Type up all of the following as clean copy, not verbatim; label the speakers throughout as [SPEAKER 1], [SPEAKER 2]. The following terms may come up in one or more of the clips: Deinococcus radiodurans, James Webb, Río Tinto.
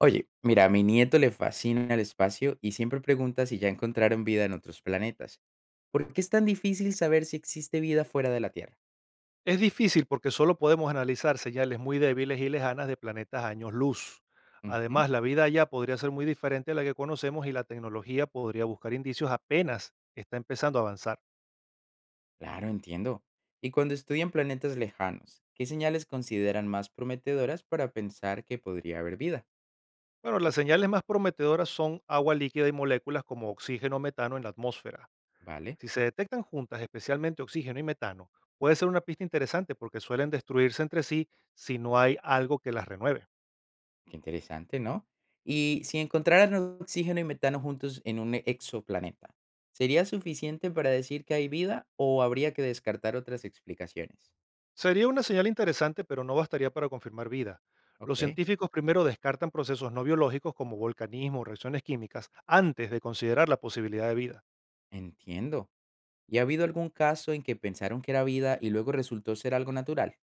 [SPEAKER 1] Oye, mira, a mi nieto le fascina el espacio y siempre pregunta si ya encontraron vida en otros planetas. ¿Por qué es tan difícil saber si existe vida fuera de la Tierra?
[SPEAKER 2] Es difícil porque solo podemos analizar señales muy débiles y lejanas de planetas a años luz.
[SPEAKER 1] Ujú.
[SPEAKER 2] Además, la vida allá podría ser muy diferente a la que conocemos y la tecnología podría buscar indicios apenas está empezando a avanzar.
[SPEAKER 1] Claro, entiendo. Y cuando estudian planetas lejanos, ¿qué señales consideran más prometedoras para pensar que podría haber vida?
[SPEAKER 2] Bueno, las señales más prometedoras son agua líquida y moléculas como oxígeno o metano en la atmósfera.
[SPEAKER 1] Vale,
[SPEAKER 2] Si se detectan juntas, especialmente oxígeno y metano, puede ser una pista interesante porque suelen destruirse entre sí si no hay algo que las renueve.
[SPEAKER 1] qué interesante, ¿no? Y si encontraran oxígeno y metano juntos en un exoplaneta, ¿sería suficiente para decir que hay vida o habría que descartar otras explicaciones?
[SPEAKER 2] Sería una señal interesante, pero no bastaría para confirmar vida. Los
[SPEAKER 1] Ok,
[SPEAKER 2] científicos primero descartan procesos no biológicos como volcanismo o reacciones químicas antes de considerar la posibilidad de vida.
[SPEAKER 1] entiendo. ¿Y ha habido algún caso en que pensaron que era vida y luego resultó ser algo natural?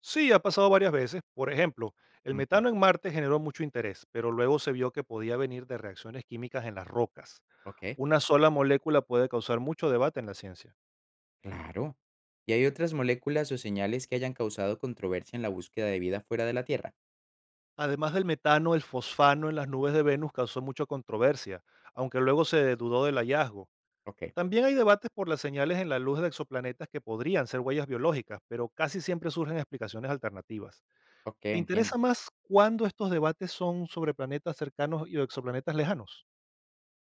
[SPEAKER 2] Sí, ha pasado varias veces. Por ejemplo, el
[SPEAKER 1] Ujú.
[SPEAKER 2] metano en Marte generó mucho interés, pero luego se vio que podía venir de reacciones químicas en las rocas.
[SPEAKER 1] Ok.
[SPEAKER 2] Una sola molécula puede causar mucho debate en la ciencia.
[SPEAKER 1] Claro. ¿Y hay otras moléculas o señales que hayan causado controversia en la búsqueda de vida fuera de la Tierra?
[SPEAKER 2] Además del metano, el fosfano en las nubes de Venus causó mucha controversia, aunque luego se dudó del hallazgo.
[SPEAKER 1] Ok,
[SPEAKER 2] También hay debates por las señales en la luz de exoplanetas que podrían ser huellas biológicas, pero casi siempre surgen explicaciones alternativas.
[SPEAKER 1] ok,
[SPEAKER 2] ¿Te interesa
[SPEAKER 1] entiendo.
[SPEAKER 2] más cuándo estos debates son sobre planetas cercanos y exoplanetas lejanos?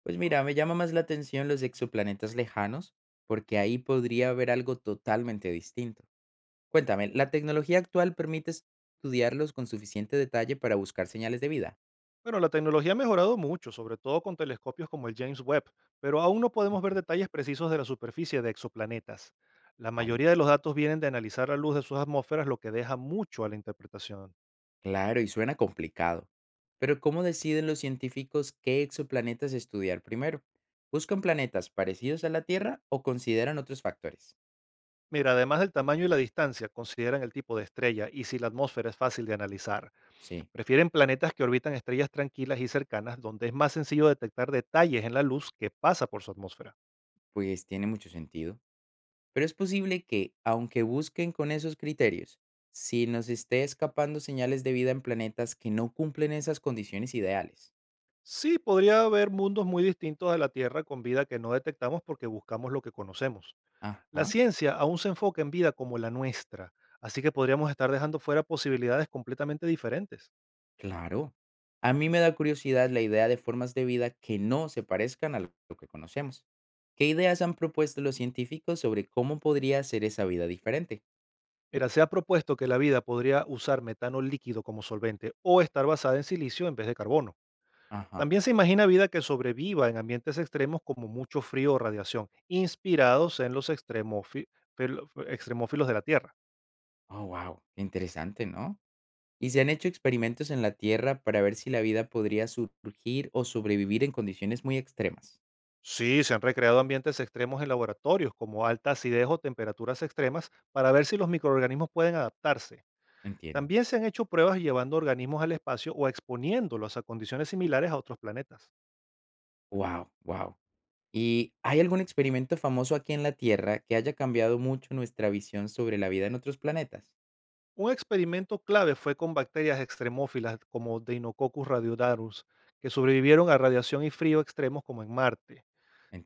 [SPEAKER 1] Pues mira, me llama más la atención los exoplanetas lejanos, porque ahí podría haber algo totalmente distinto. Cuéntame, ¿la tecnología actual permite estudiarlos con suficiente detalle para buscar señales de vida?
[SPEAKER 2] Bueno, la tecnología ha mejorado mucho, sobre todo con telescopios como el James Webb, pero aún no podemos ver
[SPEAKER 1] Ujú.
[SPEAKER 2] detalles precisos de la superficie de exoplanetas. La
[SPEAKER 1] Vale.
[SPEAKER 2] mayoría de los datos vienen de analizar la luz de sus atmósferas, lo que deja mucho a la interpretación.
[SPEAKER 1] Claro, y suena complicado. Pero ¿cómo deciden los científicos qué exoplanetas estudiar primero? ¿Buscan planetas parecidos a la Tierra o consideran otros factores?
[SPEAKER 2] Mira, además del tamaño y la distancia, consideran el tipo de estrella y si la atmósfera es fácil de analizar.
[SPEAKER 1] Sí,
[SPEAKER 2] Prefieren planetas que orbitan estrellas tranquilas y cercanas, donde es más sencillo detectar detalles en la luz que pasa por su atmósfera.
[SPEAKER 1] pues tiene mucho sentido. Pero es posible que, aunque busquen con esos criterios, si nos esté escapando señales de vida en planetas que no cumplen esas condiciones ideales.
[SPEAKER 2] Sí, podría haber mundos muy distintos de la Tierra con vida que no detectamos porque buscamos lo que conocemos. La
[SPEAKER 1] Ajá.
[SPEAKER 2] ciencia aún se enfoca en vida como la nuestra, así que podríamos estar dejando fuera posibilidades completamente diferentes.
[SPEAKER 1] Claro. A mí me da curiosidad la idea de formas de vida que no se parezcan a lo que conocemos. ¿Qué ideas han propuesto los científicos sobre cómo podría ser esa vida diferente?
[SPEAKER 2] Mira, se ha propuesto que la vida podría usar metano líquido como solvente o estar basada en silicio en vez de carbono.
[SPEAKER 1] Ajá.
[SPEAKER 2] También se imagina vida que sobreviva en ambientes extremos como mucho frío o radiación, inspirados en los extremófilos de la Tierra.
[SPEAKER 1] Oh, wow. Interesante, ¿no? Y se han hecho experimentos en la Tierra para ver si la vida podría surgir o sobrevivir en condiciones muy extremas.
[SPEAKER 2] Sí, se han recreado ambientes extremos en laboratorios como alta acidez o temperaturas extremas para ver si los microorganismos pueden adaptarse.
[SPEAKER 1] Entiendo.
[SPEAKER 2] También se han hecho pruebas llevando organismos al espacio o exponiéndolos a condiciones similares a otros planetas.
[SPEAKER 1] Wow, wow. ¿Y hay algún experimento famoso aquí en la Tierra que haya cambiado mucho nuestra visión sobre la vida en otros planetas?
[SPEAKER 2] Un experimento clave fue con bacterias extremófilas como Deinococcus radiodarus, que sobrevivieron a radiación y frío extremos como en Marte.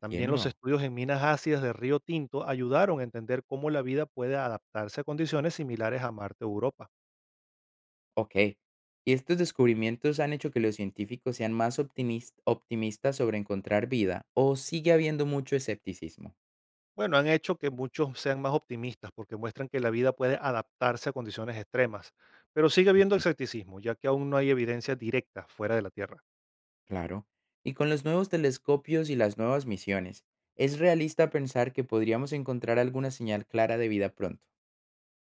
[SPEAKER 2] También los estudios en minas ácidas de Río Tinto ayudaron a entender cómo la vida puede adaptarse a condiciones similares a Marte o Europa.
[SPEAKER 1] Ok. ¿Y estos descubrimientos han hecho que los científicos sean más optimistas sobre encontrar vida o sigue habiendo mucho escepticismo?
[SPEAKER 2] Bueno, han hecho que muchos sean más optimistas porque muestran que la vida puede adaptarse a condiciones extremas, pero sigue habiendo
[SPEAKER 1] Mm.
[SPEAKER 2] escepticismo, ya que aún no hay evidencia directa fuera de la Tierra.
[SPEAKER 1] Claro. Y con los nuevos telescopios y las nuevas misiones, ¿es realista pensar que podríamos encontrar alguna señal clara de vida pronto?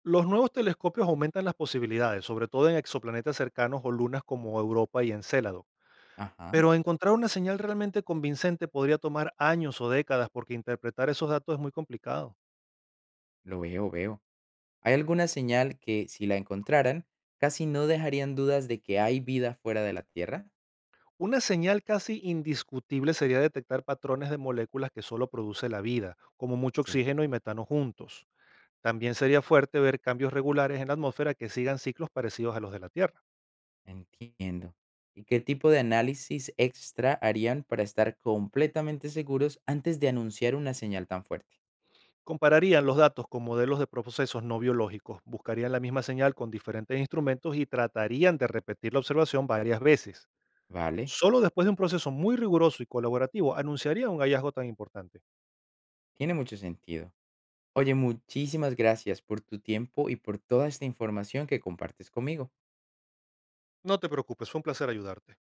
[SPEAKER 2] Los nuevos telescopios aumentan las posibilidades, sobre todo en exoplanetas cercanos o lunas como Europa y Encélado.
[SPEAKER 1] Ajá,
[SPEAKER 2] Pero encontrar una señal realmente convincente podría tomar años o décadas porque interpretar esos datos es muy complicado.
[SPEAKER 1] lo veo. ¿Hay alguna señal que, si la encontraran, casi no dejarían dudas de que hay vida fuera de la Tierra?
[SPEAKER 2] Una señal casi indiscutible sería detectar patrones de moléculas que solo produce la vida, como mucho
[SPEAKER 1] Sí.
[SPEAKER 2] oxígeno y metano juntos. También sería fuerte ver cambios regulares en la atmósfera que sigan ciclos parecidos a los de la Tierra.
[SPEAKER 1] Entiendo. ¿Y qué tipo de análisis extra harían para estar completamente seguros antes de anunciar una señal tan fuerte?
[SPEAKER 2] Compararían los datos con modelos de procesos no biológicos, buscarían la misma señal con diferentes instrumentos y tratarían de repetir la observación varias veces.
[SPEAKER 1] Vale,
[SPEAKER 2] Solo después de un proceso muy riguroso y colaborativo anunciarían un hallazgo tan importante.
[SPEAKER 1] tiene mucho sentido. Oye, muchísimas gracias por tu tiempo y por toda esta información que compartes conmigo.
[SPEAKER 2] No te preocupes, fue un placer ayudarte.